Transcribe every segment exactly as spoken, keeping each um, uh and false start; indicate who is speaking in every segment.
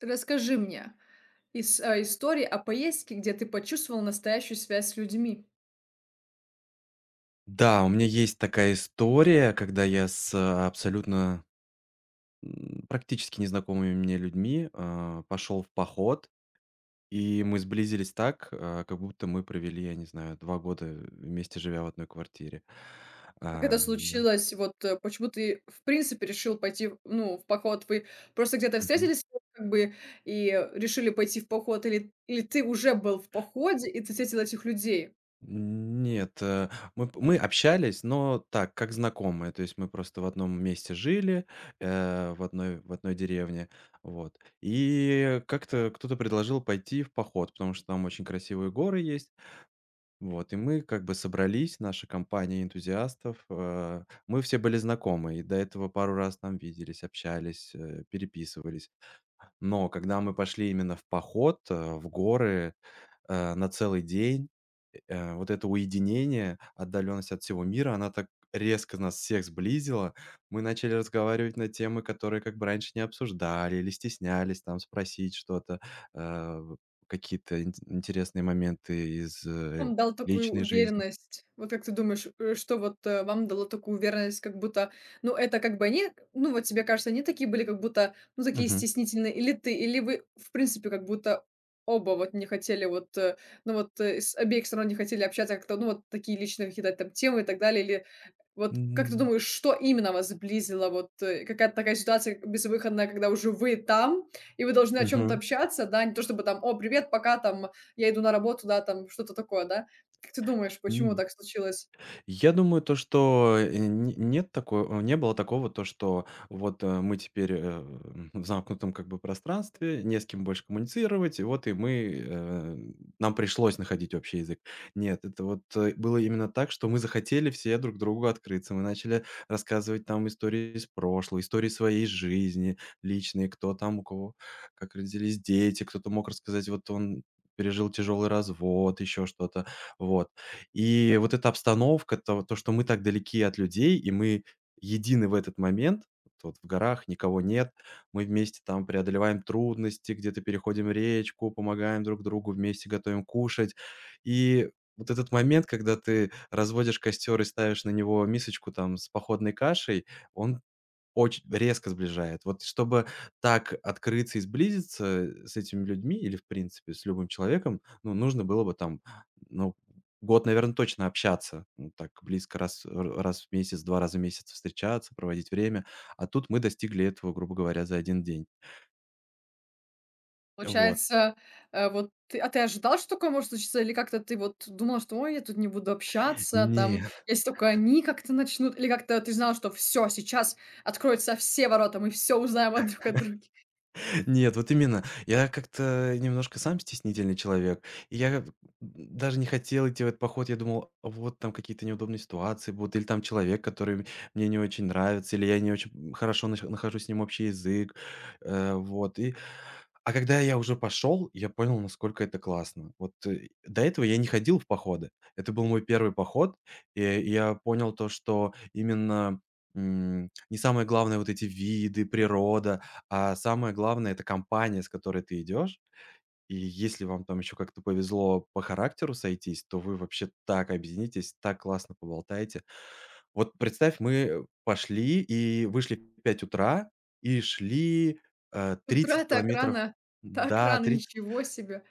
Speaker 1: Расскажи мне из а, истории о поездке, где ты почувствовал настоящую связь с людьми.
Speaker 2: Да, у меня есть такая история, когда я с э, абсолютно м, практически незнакомыми мне людьми а, пошел в поход, и мы сблизились так, а, как будто мы провели, я не знаю, два года вместе живя в одной квартире.
Speaker 1: Как
Speaker 2: А,
Speaker 1: это
Speaker 2: да.
Speaker 1: случилось? Вот, э, почему ты, в принципе, решил пойти, в ну, в поход? Вы просто где-то встретились, как бы, и решили пойти в поход, или или ты уже был в походе и ты встретил этих людей?
Speaker 2: Нет, э, мы п мы общались, но так, как знакомые. То есть мы просто в одном месте жили, э, в одной в одной деревне. Вот. И как-то кто-то предложил пойти в поход, потому что там очень красивые горы есть. Вот. И мы как бы собрались, наша компания энтузиастов. Э, мы все были знакомы и до этого пару раз там виделись, общались, э, переписывались. Но когда мы пошли именно в поход, э, в горы, э, на целый день, э, вот это уединение, отдаленность от всего мира, она так резко нас всех сблизила. Мы начали разговаривать на темы, которые как бы раньше не обсуждали или стеснялись там спросить что-то, э, какие-то ин интересные моменты из, э,
Speaker 1: Вам дал такую
Speaker 2: личной жизни.
Speaker 1: уверенность? Вот как ты думаешь, э, что вот, э, вам дало такую уверенность, как будто, ну, это как бы они, ну, вот тебе кажется, они такие были, как будто, ну, такие
Speaker 2: Мгм.
Speaker 1: стеснительные, или ты, или вы, в принципе, как будто оба вот не хотели вот, э, ну, вот, э, с обеих сторон не хотели общаться а как-то, ну, вот такие личные какие-то там темы и так далее, или вот как ты
Speaker 2: М.
Speaker 1: думаешь, что именно вас сблизило? Вот, э, какая-то такая ситуация безвыходная, когда уже вы там, и вы должны о чем то
Speaker 2: Мгм.
Speaker 1: общаться, да, не то чтобы там: "О, привет, пока там, я иду на работу, да, там что-то такое, да. Как ты думаешь, почему
Speaker 2: М.
Speaker 1: так случилось?
Speaker 2: Я думаю, то, что, э, не нет такого не было такого, то, что вот, э, мы теперь, э, м, в замкнутом как бы пространстве, не с кем больше коммуницировать, и вот и мы, э, нам пришлось находить общий язык. Нет, это вот, э, было именно так, что мы захотели все друг другу открыться. Мы начали рассказывать там истории из прошлого, истории своей жизни личные, кто там у кого как родились дети, кто-то мог рассказать, вот он пережил тяжелый развод, еще что-то. Вот. И вот эта обстановка, то то, что мы так далеки от людей, и мы едины в этот момент. Вот в горах никого нет, мы вместе там преодолеваем трудности, где-то переходим речку, помогаем друг другу, вместе готовим кушать. И вот этот момент, когда ты разводишь костер и ставишь на него мисочку там с походной кашей, он очень резко сближает. Вот чтобы так открыться и сблизиться, э, с этими людьми или, в принципе, с любым человеком, ну, нужно было бы там, ну, год, наверное точно общаться. Ну, так близко раз р раз в месяц, два раза в месяц встречаться, проводить время. А тут мы достигли этого, грубо говоря, за один день. Вот.
Speaker 1: Получается, э, вот ты а ты ожидал, что такое может случиться, или как-то ты вот думал, что: "Ой, я тут не буду общаться, там,
Speaker 2: Не
Speaker 1: если только они как-то начнут", или как-то ты знал, что всё, сейчас откроются все ворота, мы все узнаем от друг от друга?
Speaker 2: Нет, вот именно. Я как-то немножко сам стеснительный человек. И я м, даже не хотел идти в этот поход. Я думал: «А вот там какие-то неудобные ситуации будут, или там человек, который мне не очень нравится, или я не очень хорошо нах- нахожу с ним общий язык. Э, Вот. И а когда я уже пошел, я понял, насколько это классно. Вот э, до этого я не ходил в походы. Это был мой первый поход. Э, и я понял то, что именно м, не самое главное вот эти виды, природа, а самое главное — это компания, с которой ты идешь. И если вам там еще как-то повезло по характеру сойтись, то вы вообще так объединитесь, так классно поболтаете. Вот представь, мы пошли и вышли в пять утра и шли, э,
Speaker 1: С утра
Speaker 2: тридцать
Speaker 1: так
Speaker 2: километров.
Speaker 1: рано так
Speaker 2: Да,
Speaker 1: рано,
Speaker 2: тридцать,
Speaker 1: ничего себе!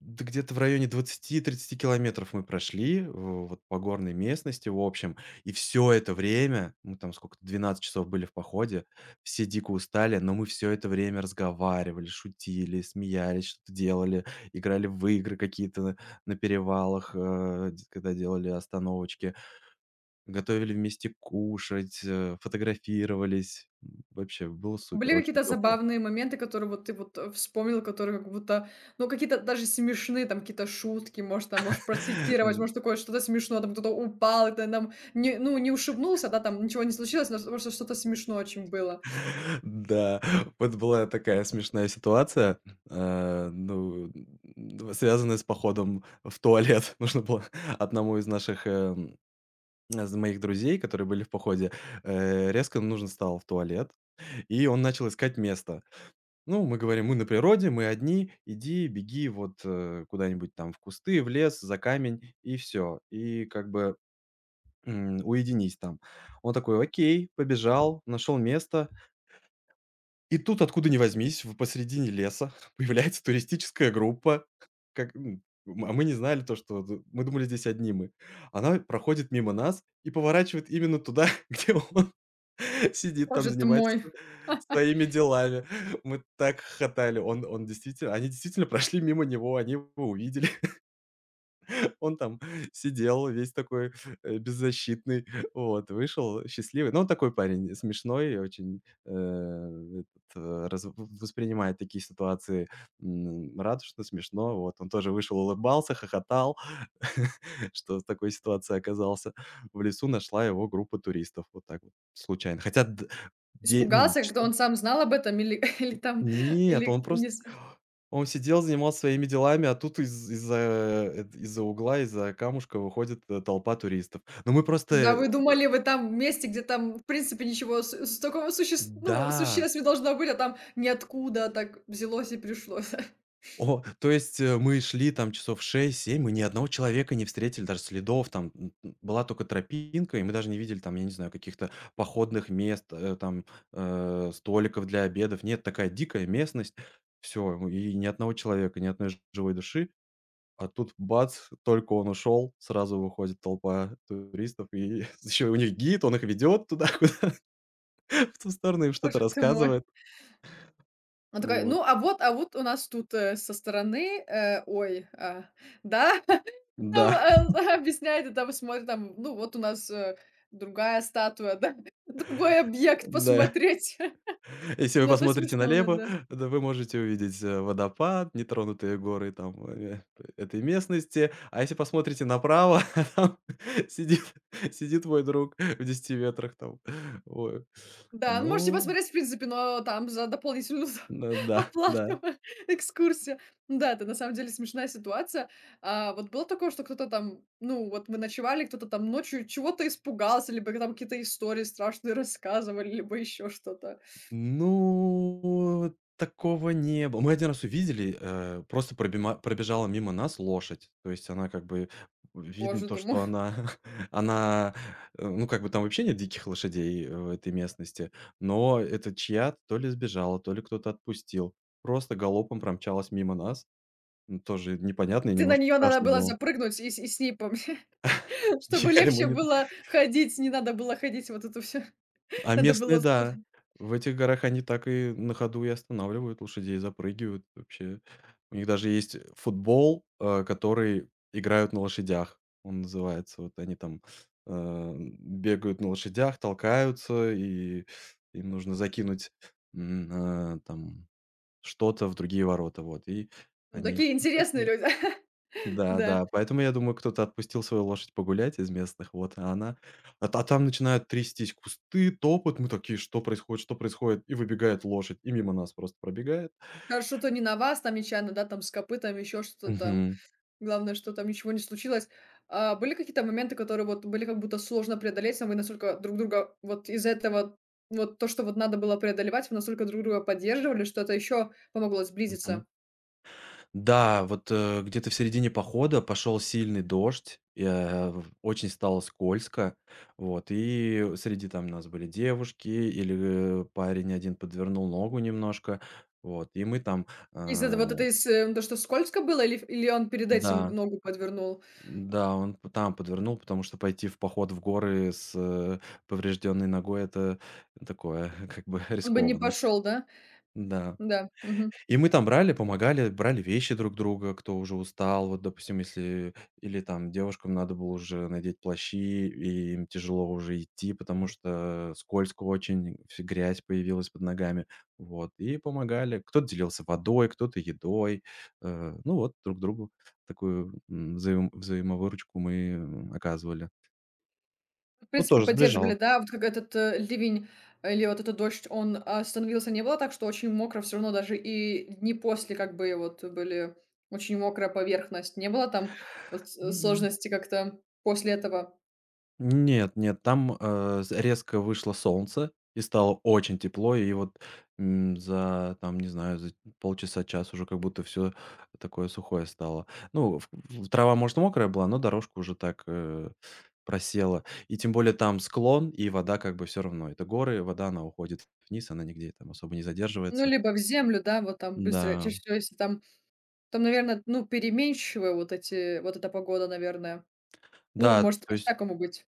Speaker 2: да где-то в районе двадцати-тридцати километров мы прошли, в вот по горной местности, в общем. И все это время, мы там сколько, двенадцать часов были в походе, все дико устали, но мы все это время разговаривали, шутили, смеялись, что-то делали, играли в игры какие-то на на перевалах, э, д когда делали остановочки, готовили вместе кушать, э, фотографировались. М, вообще было
Speaker 1: Были
Speaker 2: супер, очень
Speaker 1: какие-то
Speaker 2: тепло.
Speaker 1: забавные моменты, которые вот ты вот, э, вспомнил, которые как будто, ну, какие-то даже смешные, там какие-то шутки, может, там, можешь процитировать, может, такое что-то смешное, там кто-то упал, это, ты не, ну, не ушибнулся, да, там ничего не случилось, но просто что-то смешное очень было.
Speaker 2: Да, вот была такая смешная ситуация, э, ну, м, связанная с походом в туалет. Нужно было одному из наших, эм, из моих друзей, которые были в походе, э, резко нужно стало в туалет, и он начал искать место. Ну, мы говорим, мы на природе, мы одни, иди, беги вот э, куда-нибудь там в кусты, в лес, за камень, и все. И как бы м, уединись там. Он такой, окей, побежал, нашел место. И тут, откуда ни возьмись, в посредине леса появляется туристическая группа. Как, м, м, а мы не знали то, что д мы думали, здесь одни мы. Она проходит мимо нас и поворачивает именно туда, где он сидит там,
Speaker 1: Боже ты
Speaker 2: занимается
Speaker 1: мой,
Speaker 2: своими делами. Мы так хохотали. Он он действительно они действительно прошли мимо него, они его увидели. Он там сидел весь такой, э, беззащитный, вот, вышел счастливый. Ну, он такой парень смешной и очень, э, этот, э, раз воспринимает такие ситуации, м, радушно, смешно. Вот, он тоже вышел, улыбался, хохотал, что в такой ситуации оказался. В лесу нашла его группа туристов. Вот так вот, случайно. Хотя д де ну,
Speaker 1: испугался, когда он
Speaker 2: часов
Speaker 1: сам знал об этом, или, или там,
Speaker 2: нет,
Speaker 1: или
Speaker 2: он
Speaker 1: не
Speaker 2: просто
Speaker 1: з-
Speaker 2: он сидел, занимался своими делами, а тут из из-за, э, из-за угла, из-за камушка выходит, э, толпа туристов. Но мы просто,
Speaker 1: Да,
Speaker 2: э
Speaker 1: вы думали, вы там месте, где там, в принципе, ничего с- с такого суще... ну,
Speaker 2: да,
Speaker 1: существ не должно быть, а там ниоткуда так взялось и пришло.
Speaker 2: о, то есть, э, мы шли там часов шесть-семь, мы ни одного человека не встретили, даже следов там, м, м, была только тропинка, и мы даже не видели там, я не знаю, каких-то походных мест, э, там, э, столиков для обедов. Нет, такая дикая местность. Все, и ни одного человека, ни одной ж- живой души. А тут бац, только он ушел, сразу выходит толпа туристов, и еще у них гид, он их ведет туда, куда в ту сторону, им что-то
Speaker 1: Боже ты мой.
Speaker 2: рассказывает.
Speaker 1: Она такая:
Speaker 2: Вот.
Speaker 1: "Ну, а вот а вот у нас тут, э, со стороны, э, ой, а, да". Там,
Speaker 2: Да,
Speaker 1: а, объясняет, и там смотрит, там, ну, вот у нас, э, другая статуя, да, другой объект,
Speaker 2: да.
Speaker 1: посмотреть.
Speaker 2: Если вы
Speaker 1: Ну, это
Speaker 2: посмотрите
Speaker 1: смешной момент,
Speaker 2: налево,
Speaker 1: да.
Speaker 2: да, вы можете увидеть, э, водопад, нетронутые горы там, э, этой местности. А если посмотрите направо, там сидит сидит мой друг в десяти метрах там. Ой.
Speaker 1: Да, ну, можете
Speaker 2: Ну,
Speaker 1: посмотреть, в принципе, но там за дополнительную за
Speaker 2: ну да,
Speaker 1: оплату
Speaker 2: да.
Speaker 1: экскурсия. Ну, да, это на самом деле смешная ситуация. А вот было такое, что кто-то там, ну, вот мы ночевали, кто-то там ночью чего-то испугался, либо там какие-то истории страшные рассказывали, либо еще что-то.
Speaker 2: Ну, такого не было. Мы один раз увидели, э, просто пробима пробежала мимо нас лошадь. То есть она как бы видно
Speaker 1: Боже
Speaker 2: то,
Speaker 1: ты мой.
Speaker 2: что она она, э, ну, как бы там вообще нет диких лошадей э, в этой местности, но это чья-то то ли сбежала, то ли кто-то отпустил. Просто галопом промчалась мимо нас. Ну, тоже непонятно и
Speaker 1: Ты на
Speaker 2: немножко
Speaker 1: нее надо
Speaker 2: страшно
Speaker 1: было
Speaker 2: было.
Speaker 1: запрыгнуть и, с- и с ней, пом- чтобы
Speaker 2: Я ему
Speaker 1: легче
Speaker 2: не.
Speaker 1: было ходить, не надо было ходить вот это все.
Speaker 2: А
Speaker 1: Надо
Speaker 2: местные,
Speaker 1: было... с-
Speaker 2: да. В этих горах они так и на ходу и останавливают лошадей, запрыгивают вообще. У них даже есть э, футбол, э, который играют на лошадях. Он называется. Вот они там, э, бегают на лошадях, толкаются, и им нужно закинуть, м, э, там что-то в другие ворота. Вот, и
Speaker 1: Ну,
Speaker 2: они
Speaker 1: такие интересные
Speaker 2: такие
Speaker 1: люди.
Speaker 2: да,
Speaker 1: Да.
Speaker 2: да, поэтому, я думаю, кто-то отпустил свою лошадь погулять из местных, вот, а она а та там начинают трястись кусты, топот, мы такие: «Что происходит, что происходит?» И выбегает лошадь, и мимо нас просто пробегает.
Speaker 1: Хорошо, то не на вас, там нечаянно, да, там с копытом, еще что-то там.
Speaker 2: Мгм,
Speaker 1: Главное, что там ничего не случилось. А были какие-то моменты, которые вот были как будто сложно преодолеть, но вы настолько друг друга вот из-за этого, вот то, что вот надо было преодолевать, вы настолько друг друга поддерживали, что это еще помогло
Speaker 2: мгм.
Speaker 1: сблизиться?
Speaker 2: Да, вот, э, где-то в середине похода пошел сильный дождь, и, э, в очень стало скользко, вот, и среди там нас были девушки, или, э, парень один подвернул ногу немножко, вот, и мы там,
Speaker 1: Из-за этого вот это
Speaker 2: э,
Speaker 1: из, э, То, что скользко было, или, или он перед этим
Speaker 2: да.
Speaker 1: ногу подвернул?
Speaker 2: Да, он п там подвернул, потому что пойти в поход в горы с, э, поврежденной ногой — это такое, как бы
Speaker 1: Он бы не
Speaker 2: рискованно.
Speaker 1: пошел, да?
Speaker 2: Да.
Speaker 1: Да. Мгм.
Speaker 2: И мы там брали, помогали, брали вещи друг друга, кто уже устал. Вот, допустим, если или там девушкам надо было уже надеть плащи, и им тяжело уже идти, потому что скользко очень, вс- грязь появилась под ногами. Вот, и помогали. Кто-то делился водой, кто-то едой. Э, Ну вот, друг другу такую м, взаим- взаимовыручку мы м, оказывали.
Speaker 1: В
Speaker 2: Ну,
Speaker 1: принципе,
Speaker 2: тоже
Speaker 1: поддерживали,
Speaker 2: сближало.
Speaker 1: да? Вот как этот, э, ливень э, или вот этот дождь, он а, становился. Не было так, что очень мокро все равно даже и дни после как бы вот были, очень мокрая поверхность. Не было там вот с сложности как-то после этого?
Speaker 2: Нет, нет, там, э, з резко вышло солнце и стало очень тепло. И вот, м, за там, не знаю, за полчаса, час уже как будто все такое сухое стало. Ну, в в трава, может, мокрая была, но дорожка уже так, э, просела. И тем более там склон, и вода как бы все равно. Это горы, вода, она уходит вниз, она нигде там особо не
Speaker 1: Ну,
Speaker 2: задерживается.
Speaker 1: либо в землю, да, вот там быстро.
Speaker 2: Да.
Speaker 1: Чаще всего, если там там, наверное, ну, переменчивая вот эти вот эта погода, наверное. Ну,
Speaker 2: Да,
Speaker 1: может
Speaker 2: то есть
Speaker 1: по-всякому быть.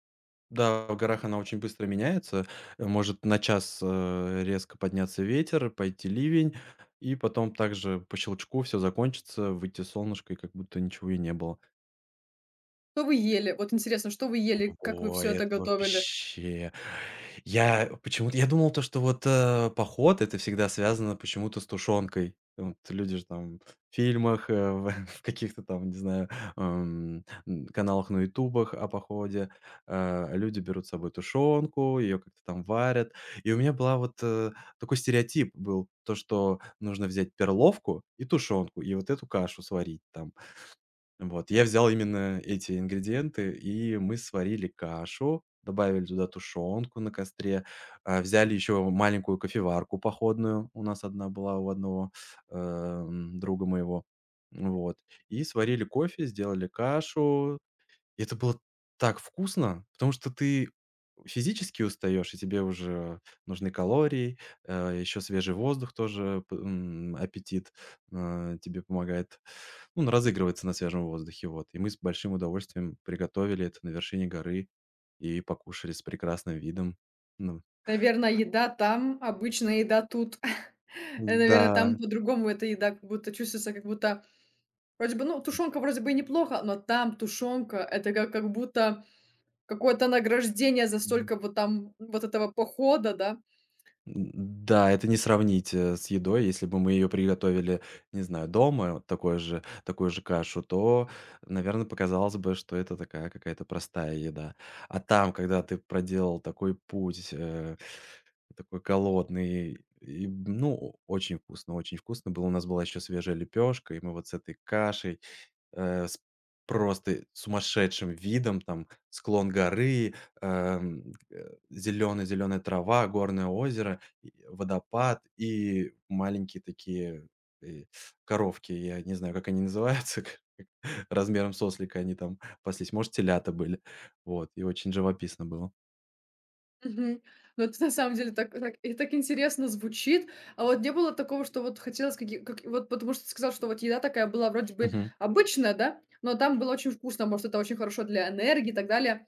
Speaker 2: да, в горах она очень быстро меняется. Э, Может на час э, резко подняться ветер, пойти ливень, и потом также по щелчку все закончится, выйти солнышко, и как будто ничего и не было.
Speaker 1: Что вы ели? Вот интересно, что вы ели? Как вы все
Speaker 2: Ой,
Speaker 1: это
Speaker 2: это
Speaker 1: готовили?
Speaker 2: вообще. Я почему-то я думал, то, что вот, э, поход — это всегда связано почему-то с тушенкой. Вот люди же там в фильмах, э, в в каких-то там, не знаю, эм, м, каналах на «Ютубах» о походе, э, люди берут с собой тушенку, ее как-то там варят. И у меня была вот, э, такой стереотип был, то, что нужно взять перловку и тушенку, и вот эту кашу сварить там. Вот, я взял именно эти ингредиенты, и мы сварили кашу, добавили туда тушенку на костре, а, взяли еще маленькую кофеварку походную, у нас одна была у одного, эм, друга моего. Вот, и сварили кофе, сделали кашу. И это было так вкусно, потому что ты физически устаешь, и тебе уже нужны калории, э, еще свежий воздух тоже, п м, аппетит, э, тебе помогает, ну, он разыгрывается на свежем воздухе, вот. И мы с большим удовольствием приготовили это на вершине горы и покушали с прекрасным видом. Ну
Speaker 1: Наверное, еда там, обычная еда тут. Наверное, там
Speaker 2: да.
Speaker 1: по-другому эта еда как будто чувствуется, как будто вроде бы, ну, тушенка вроде бы и неплохо, но там тушенка это как как будто какое-то награждение за столько вот там вот этого похода, да.
Speaker 2: Н да, это не сравнить, э, с едой. Если бы мы ее приготовили, не знаю, дома, вот такой же такую же кашу, то, наверное, показалось бы, что это такая какая-то простая еда. А там, когда ты проделал такой путь, э, такой голодный, и, ну, очень вкусно, очень вкусно было. У нас была еще свежая лепешка, и мы вот с этой кашей э, с просто сумасшедшим видом, там склон горы, эм, э, зеленая-зеленая трава, горное озеро, и водопад и маленькие такие, э, коровки. Я не знаю, как они называются, размером с ослика они там паслись, может, телята были. Вот, и очень живописно было.
Speaker 1: Мгм. Но это на самом деле так так и так интересно звучит. А вот не было такого, что вот хотелось каки как вот потому что ты сказал, что вот еда такая была вроде бы
Speaker 2: Мгм.
Speaker 1: обычная, да, но там было очень вкусно, может, это очень хорошо для энергии и так далее.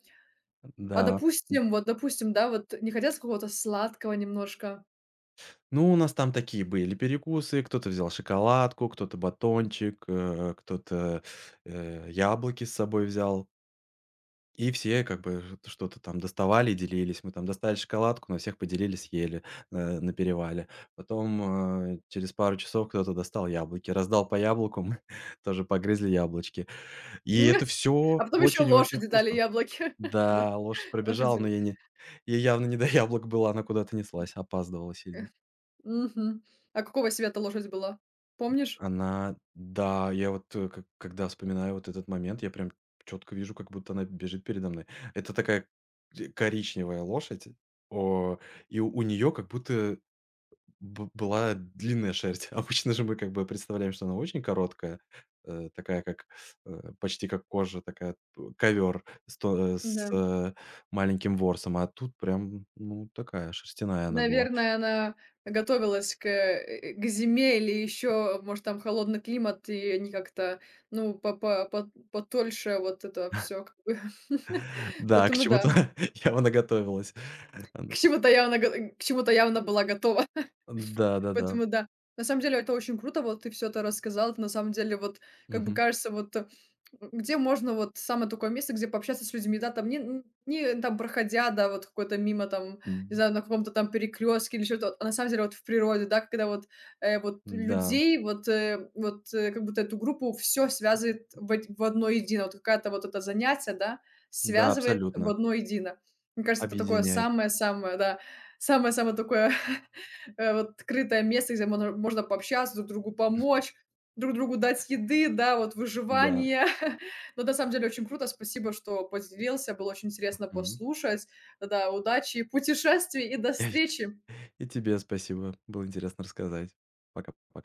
Speaker 1: А
Speaker 2: Да.
Speaker 1: допустим, вот допустим, да, вот не хотелось какого-то сладкого немножко?
Speaker 2: Ну, у нас там такие были перекусы: кто-то взял шоколадку, кто-то батончик, э, кто-то, э, яблоки с собой взял. И все как бы ж что-то там доставали и делились. Мы там достали шоколадку, на всех поделили, съели, э, на перевале. Потом, э, через пару часов кто-то достал яблоки, раздал по яблоку, мы тоже погрызли яблочки. И это
Speaker 1: А
Speaker 2: все
Speaker 1: потом еще
Speaker 2: очень-очень
Speaker 1: лошади дали
Speaker 2: вкусно.
Speaker 1: яблоки. Да,
Speaker 2: Да, лошадь
Speaker 1: лошадь
Speaker 2: пробежала, но
Speaker 1: любит.
Speaker 2: я не ей явно не до яблок было, она куда-то неслась, опаздывала сильно.
Speaker 1: Мгм. А какого цвета лошадь была? Помнишь?
Speaker 2: Она да, я вот, э, к когда вспоминаю вот этот момент, я прям четко вижу, как будто она бежит передо мной. Это такая д коричневая лошадь, о, и у нее как будто б была длинная шерсть. Обычно же мы как бы представляем, что она очень короткая, э, такая как, э, почти как кожа, такая ковер с то э, с,
Speaker 1: Да.
Speaker 2: э, маленьким ворсом, а тут прям, ну, такая шерстяная она была.
Speaker 1: Наверное, она готовилась к, э, к зиме или еще, может, там холодный климат, и они как-то, ну, по по по потольше вот это все, как бы.
Speaker 2: Да, к
Speaker 1: Поэтому да,
Speaker 2: чему-то явно готовилась.
Speaker 1: к чему-то явно го э, к чему-то явно была готова.
Speaker 2: Да-да-да.
Speaker 1: Поэтому да. На самом деле это очень круто, вот ты все это рассказал. Это на самом деле вот, как бы
Speaker 2: Мгм.
Speaker 1: кажется, вот э, где можно вот самое такое место, где пообщаться с людьми, да, там не н не там проходя, да, вот какой-то мимо там, не
Speaker 2: М,
Speaker 1: знаю, на каком-то там перекрестке или что-то, а на самом деле вот в природе, да, когда вот, э, вот
Speaker 2: да,
Speaker 1: людей, вот, э, вот, э, как будто эту группу все связывает в од в одно едино. Вот какая-то вот это занятие, да,
Speaker 2: да,
Speaker 1: связывает в
Speaker 2: абсолютно.
Speaker 1: одно едино. Мне кажется, это такое
Speaker 2: Объединяет.
Speaker 1: самое-самое, да, самое-самое такое э, вот открытое место, где мона можно пообщаться, друг другу помочь, друг другу дать еды, да, вот
Speaker 2: Да.
Speaker 1: выживание. Но на самом деле очень круто. Спасибо, что поделился. Было очень интересно
Speaker 2: Мгм.
Speaker 1: послушать. Да, удачи, путешествий и до встречи!
Speaker 2: И тебе спасибо. Было интересно рассказать. Пока-пока.